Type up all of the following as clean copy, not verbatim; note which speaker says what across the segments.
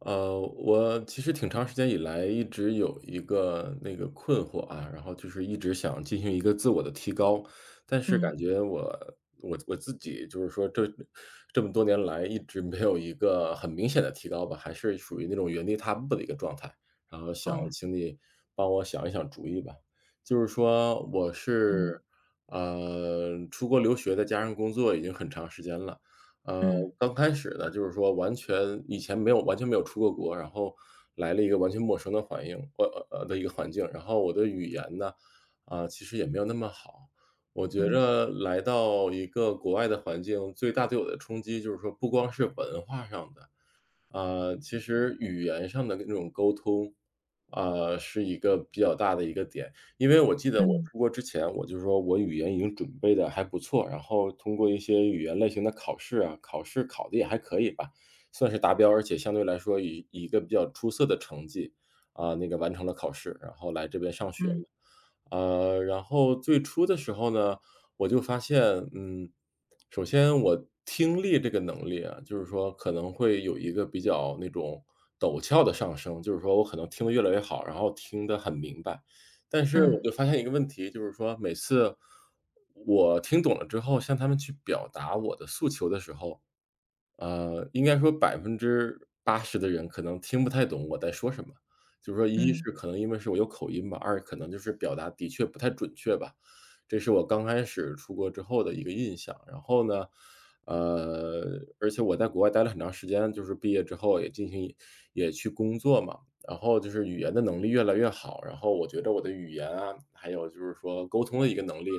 Speaker 1: 我其实挺长时间以来一直有一个那个困惑啊，然后就是一直想进行一个自我的提高，但是
Speaker 2: 嗯，
Speaker 1: 感觉我自己就是说这么多年来一直没有一个很明显的提高吧，还是属于那种原地踏步的一个状态。然后想
Speaker 2: 哦，
Speaker 1: 请你帮我想一想主意吧，就是说我
Speaker 2: 嗯，
Speaker 1: 是出国留学再加上工作已经很长时间了，呃，
Speaker 2: 嗯，
Speaker 1: 刚开始呢，就是说完全以前没有完全没有出过国，然后来了一个完全陌生的环境，然后我的语言呢，啊，其实也没有那么好。我觉
Speaker 2: 嗯，
Speaker 1: 着来到一个国外的环境，最大对我的冲击就是说，不光是文化上的，其实语言上的那种沟通，啊，是一个比较大的一个点。因为我记得我
Speaker 2: 嗯，
Speaker 1: 出国之前，我就说我语言已经准备的还不错，然后通过一些语言类型的考试啊，考试考的也还可以吧，算是达标，而且相对来说以一个比较出色的成绩，啊，那个完成了考试，然后来这边上学
Speaker 2: 嗯，
Speaker 1: 嘛。然后最初的时候呢我就发现，嗯，首先我听力这个能力啊，就是说可能会有一个比较那种陡峭的上升，就是说我可能听得越来越好，然后听得很明白。但是
Speaker 2: 嗯，
Speaker 1: 我就发现一个问题，就是说每次我听懂了之后，向他们去表达我的诉求的时候，应该说80%的人可能听不太懂我在说什么。就是说一
Speaker 2: 嗯，
Speaker 1: 是可能因为是我有口音吧，二可能就是表达的确不太准确吧。这是我刚开始出国之后的一个印象。然后呢，而且我在国外待了很长时间，就是毕业之后也进行也去工作嘛，然后就是语言的能力越来越好，然后我觉得我的语言啊，还有就是说沟通的一个能力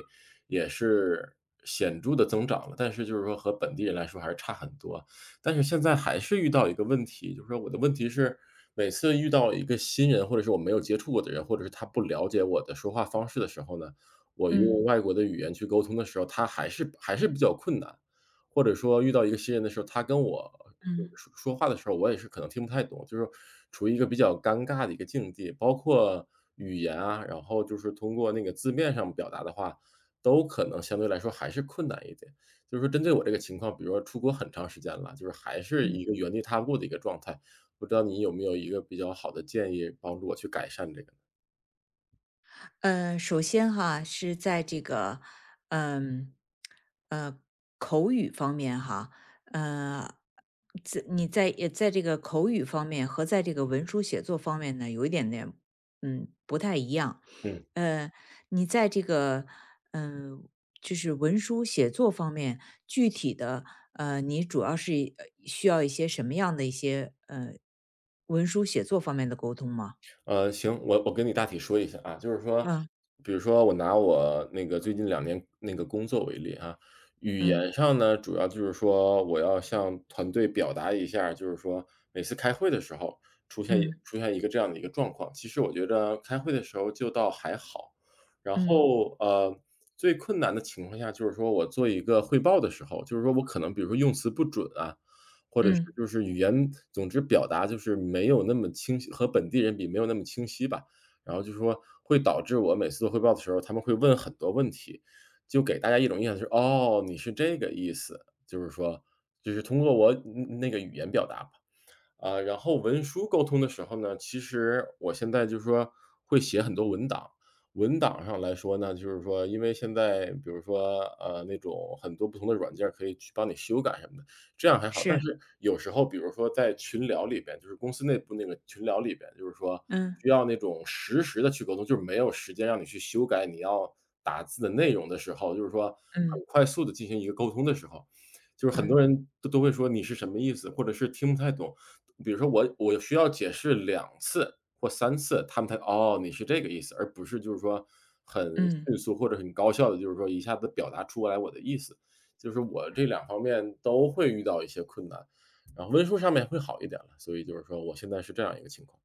Speaker 1: 也是显著的增长了，但是就是说和本地人来说还是差很多。但是现在还是遇到一个问题，就是说我的问题是，每次遇到一个新人，或者是我没有接触过的人，或者是他不了解我的说话方式的时候呢，我
Speaker 2: 嗯，嗯，
Speaker 1: 用外国的语言去沟通的时候，他还是比较困难。或者说遇到一个新人的时候，他跟我这个
Speaker 2: 嗯
Speaker 1: 说话的时候，我也是可能听不太懂，就是处于一个比较尴尬的一个境地。包括语言啊，然后就是通过那个字面上表达的话，都可能相对来说还是困难一点。就是说针对我这个情况，比如说出国很长时间了，就是还是一
Speaker 2: 嗯。
Speaker 1: 个原地踏步的一个状态，不知道你有没有一个比较好的建议帮助我去改善这个？
Speaker 2: 嗯，首先哈，是在这个，嗯，呃，口语方面哈，嗯，在也在这个口语方面和在这个文书写作方面呢，有一点点，不太一样。
Speaker 1: 嗯。
Speaker 2: 呃，你在这个，嗯、就是文书写作方面，具体的，你主要是需要一些什么样的一些，文书写作方面的沟通吗？
Speaker 1: 行，我跟你大体说一下啊，就是说，
Speaker 2: 嗯
Speaker 1: 比如说我拿我那个最近2年那个工作为例啊，语
Speaker 2: 嗯
Speaker 1: 言上呢，主要就是说我要向团队表达一下，就是说每次开会的时候
Speaker 2: 嗯
Speaker 1: 出现一个这样的一个状况，其实我觉得开会的时候就倒还好。然
Speaker 2: 嗯。
Speaker 1: 后，最困难的情况下就是说我做一个汇报的时候，就是说我可能比如说用词不准啊，或者是
Speaker 2: 嗯，
Speaker 1: 就是语言总之表达就是没有那么清晰和本地人比没有那么清晰吧。然后就说会导致我每次做汇报的时候，他们会问很多问题，就给大家一种印象就是："哦，你是这个意思。"就是说就是通过我那个语言表达吧。啊，然后文书沟通的时候呢，其实我现在就是说会写很多文档，文档上来说呢，就是说因为现在比如说，那种很多不同的软件儿可以去帮你修改什么的，这样还好。但
Speaker 2: 是，
Speaker 1: 是有时候比如说在群聊里边，就是公司内部那个群聊里边，就是说
Speaker 2: 嗯。
Speaker 1: 需要那种实时的去沟通，就是没有时间让你去修改你要打字的内容的时候，就是说
Speaker 2: 嗯
Speaker 1: 很快速的进行一个沟通的时候，就是很
Speaker 2: 嗯
Speaker 1: 多人都会说你是什么意思，或者是听不太懂。比如说我需要解释2次或3次，他们才"哦，你是这个意思"，而不是就是说很迅
Speaker 2: 嗯，
Speaker 1: 速或者很高效的，就是说一下子表达出来我的意思。就是我这两方面都会遇到一些困难，然后温书上面会好一点了，所以就是说我现在是这样一个情况。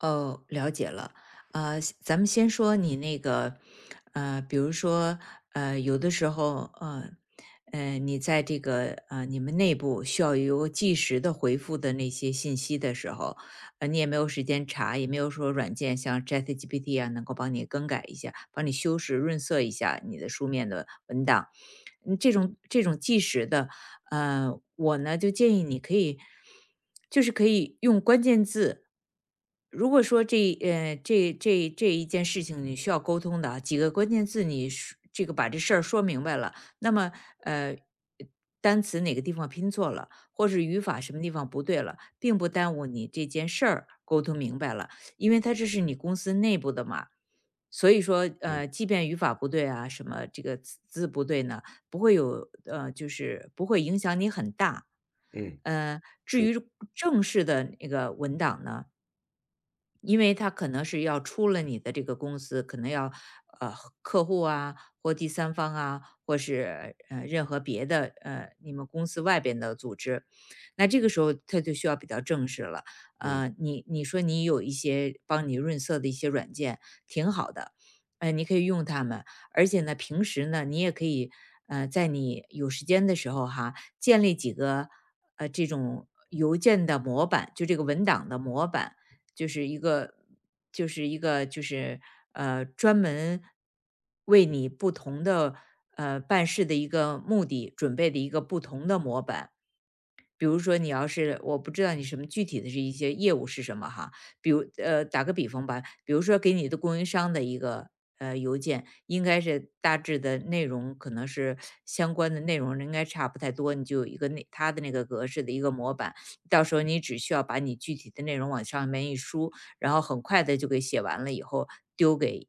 Speaker 2: 哦，了解了。咱们先说你那个，比如说，有的时候，你在这个你们内部需要有个即时的回复的那些信息的时候，你也没有时间查，也没有说软件像 ChatGPT 啊能够帮你更改一下，帮你修饰润色一下你的书面的文档。嗯，这种即时的，我呢就建议你可以，就是可以用关键字。如果说这一件事情你需要沟通的啊几个关键字你说，这个把这事儿说明白了，那么呃单词哪个地方拼错了，或是语法什么地方不对了，并不耽误你这件事儿沟通明白了，因为它这是你公司内部的嘛。所以说，
Speaker 1: 嗯，
Speaker 2: 即便语法不对啊，什么这个字不对呢，不会有呃，就是不会影响你很大。
Speaker 1: 嗯，
Speaker 2: 至
Speaker 1: 是，
Speaker 2: 于正式的那个文档呢，因为他可能是要出了你的这个公司，可能要呃客户啊，或第三方啊，或是任何别的你们公司外边的组织，那这个时候他就需要比较正式了。
Speaker 1: 嗯，
Speaker 2: 你说你有一些帮你润色的一些软件，挺好的，你可以用它们，而且呢，平时呢，你也可以在你有时间的时候哈，建立几个这种邮件的模板，就这个文档的模板。就是一个就是一个就是专门为你不同的办事的一个目的准备的一个不同的模板。比如说你要是我不知道你什么具体的是一些业务是什么哈，比如打个比方吧，比如说给你的供应商的一个邮件，应该是大致的内容可能是相关的内容应该差不太多，你就有一个那它的那个格式的一个模板，到时候你只需要把你具体的内容往上面一输，然后很快的就给写完了以后丢给。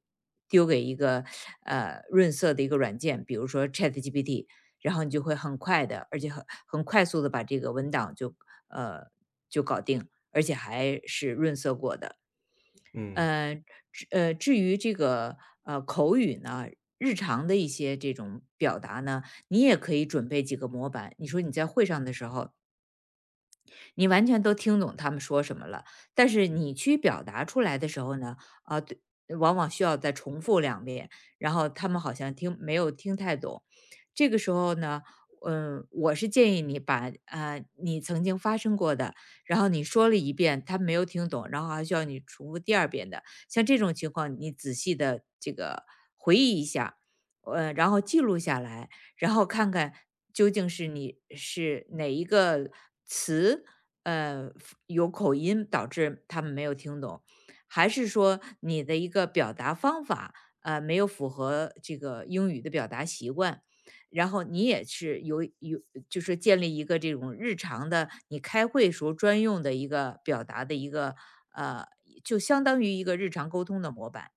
Speaker 2: 丢给一个润色的一个软件，比如说 Chat GPT，然后你就会很快的，而且很快速的把这个文档就呃搞定，而且还是润色过的。
Speaker 1: 嗯，
Speaker 2: 呃，至于这个口语呢，日常的一些这种表达呢，你也可以准备几个模板。你说你在会上的时候，你完全都听懂他们说什么了，但是你去表达出来的时候呢，啊，对，往往需要再重复两遍，然后他们好像听没有听太懂。这个时候呢，我是建议你把，啊，你曾经发生过的，然后你说了一遍，他没有听懂，然后还需要你重复第二遍的，像这种情况，你仔细的这个然后记录下来，然后看看究竟是你是哪一个词，呃，有口音导致他们没有听懂，还是说你的一个表达方法，没有符合这个英语的表达习惯。然后你也是有，就是建立一个这种日常的，你开会时候专用的一个表达的一个，呃，就相当于一个日常沟通的模板。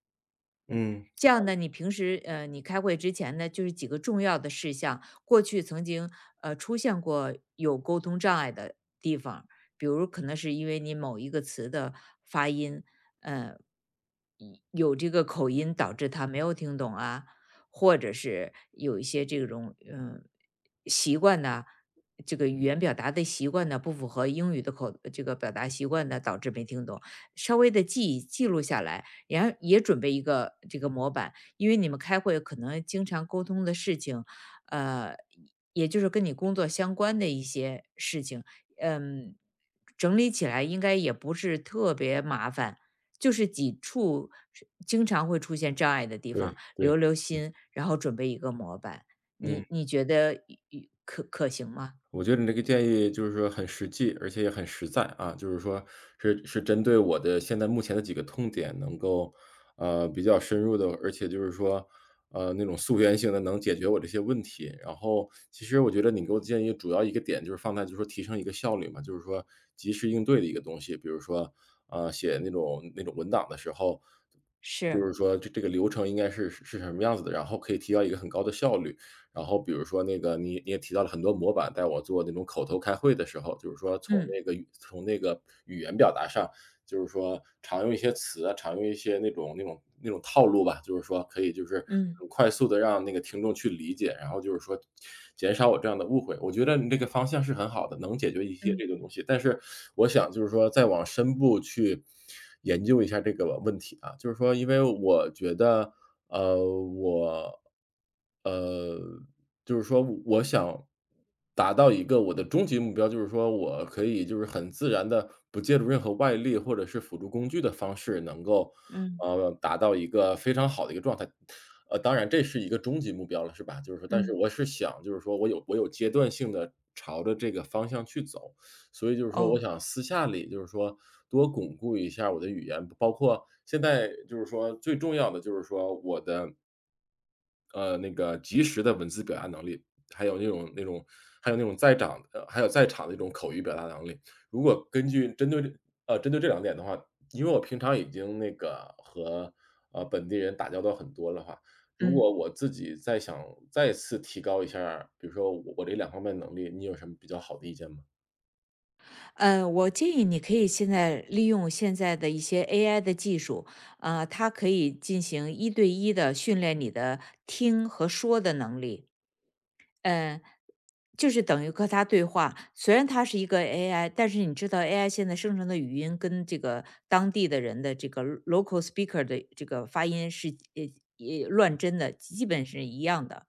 Speaker 1: 嗯，
Speaker 2: 这样呢，你平时你开会之前呢，就是几个重要的事项，过去曾经出现过有沟通障碍的地方，比如可能是因为你某一个词的发音，呃，一有这个口音导致他没有听懂啊，或者是有一些这种习惯呢，这个语言表达的习惯呢不符合英语的口这个表达习惯呢，导致没听懂，稍微的记录下来。然后也准备一个这个模板，因为你们开会可能经常沟通的事情，呃，也就是跟你工作相关的一些事情，嗯，整理起来应该也不是特别麻烦，就是几处是经常会出现障碍的地
Speaker 1: 对，
Speaker 2: 方，
Speaker 1: 对，
Speaker 2: 留
Speaker 1: 嗯。
Speaker 2: 心，然后准备一个模板。
Speaker 1: 嗯。
Speaker 2: 你觉得一一可可行吗？
Speaker 1: 我觉得你这个建议就是说很实际，而且也很实在啊，就是说是针对我的现在目前的几个痛点，能够比较深入的，而且就是说那种溯源性的能解决我这些问题。然后其实我觉得你给我建议主要一个点就是放在就是说提升一个效率嘛，就是说及时应对的一个东西，比如说写那种文档的时候，就是
Speaker 2: 是，
Speaker 1: 说这个流程应该是什么样子的，然后可以提高一个很高的效率。然后比如说那个你也提到了很多模板，在我做那种口头开会的时候，就是说
Speaker 2: 嗯
Speaker 1: 从那个语言表达上，就是说常用一些词啊，常用一些那种套路吧，就是说可以就是
Speaker 2: 嗯
Speaker 1: 很快速的让那个听众去理解，然后就是说减少我这样的误会。我觉得你这个方向是很好的，能解决一些
Speaker 2: 嗯
Speaker 1: 这个东西，但是我想就是说再往深部去研究一下这个问题啊，就是说因为我觉得呃，我，呃，就是说我想达到一个我的终极目标，就是说我可以就是很自然的，不借助任何外力或者是辅助工具的方式，能够，
Speaker 2: 嗯
Speaker 1: 达到一个非常好的一个状态。当然这是一个终极目标了，是吧？就是说但是
Speaker 2: 嗯，
Speaker 1: 我是想就是说我有阶段性的朝着这个方向去走。所以就是说，我
Speaker 2: 哦，
Speaker 1: 想私下里就是说多巩固一下我的语言，包括现在就是说最重要的就是说我的那个及时的文字表达能力，还有那种还有那种在场呃还有在场的一种口语表达能力。如果针对这两点的话，因为我平常已经那个和本地人打交道很多了话，如
Speaker 2: 嗯。
Speaker 1: 果我自己再想再次提高一下儿比如说我这两方面能力，你有什么比较好的意见吗？
Speaker 2: 我建议你可以现在利用现在的一些 AI 的技术，它可以进行一对一的训练你的听和说的能力。嗯、就是等于和它对话。虽然它是一个 AI，但是你知道 AI 现在生成的语音跟这个当地的人的这个 local speaker 的这个发音是呃也乱真的，基本是一样的。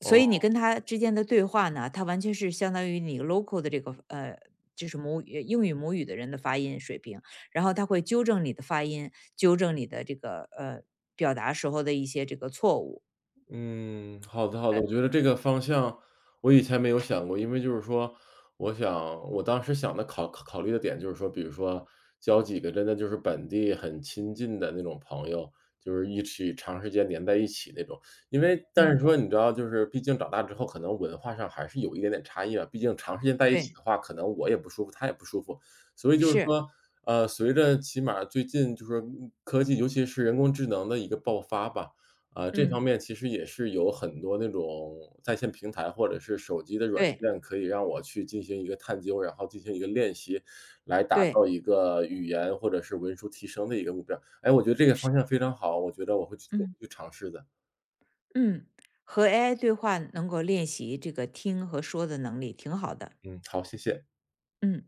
Speaker 2: 所以你
Speaker 1: 哦。
Speaker 2: 跟他之间的对话呢，它完全是相当于你 local 的这个就是母语英语母语的人的发音水平，然后他会纠正你的发音，纠正你的这个表达时候的一些这个错误。
Speaker 1: 嗯，好的好的，我觉得这个方向我以前没有想过，因为就是说，我想我当时想的考虑的点就是说，比如说交几个真的就是本地很亲近的那种朋友，就是一起长时间连在一起那种。因为但是
Speaker 2: 嗯，
Speaker 1: 说你知道，就是毕竟长大之后，可能文化上还是有一点点差异吧，毕竟长时间在一起
Speaker 2: 对，
Speaker 1: 的话，可能我也不舒服，他也不舒服，所以就是
Speaker 2: 是，
Speaker 1: 说。随着起码最近就是科技，尤其是人工智能的一个爆发吧，这方
Speaker 2: 嗯，
Speaker 1: 面其实也是有很多那种在线平台或者是手机的软
Speaker 2: 对
Speaker 1: 件，可以让我去进行一个探究，然后进行一个练习，来达到
Speaker 2: 对，
Speaker 1: 一个语言或者是文书提升的一个目标。哎，我觉得这个方向非常好，我觉得我会去我会
Speaker 2: 嗯
Speaker 1: 去尝试的。
Speaker 2: 嗯，和 AI 对话能够练习这个听和说的能力，挺好的。
Speaker 1: 嗯，好，谢谢。
Speaker 2: 嗯。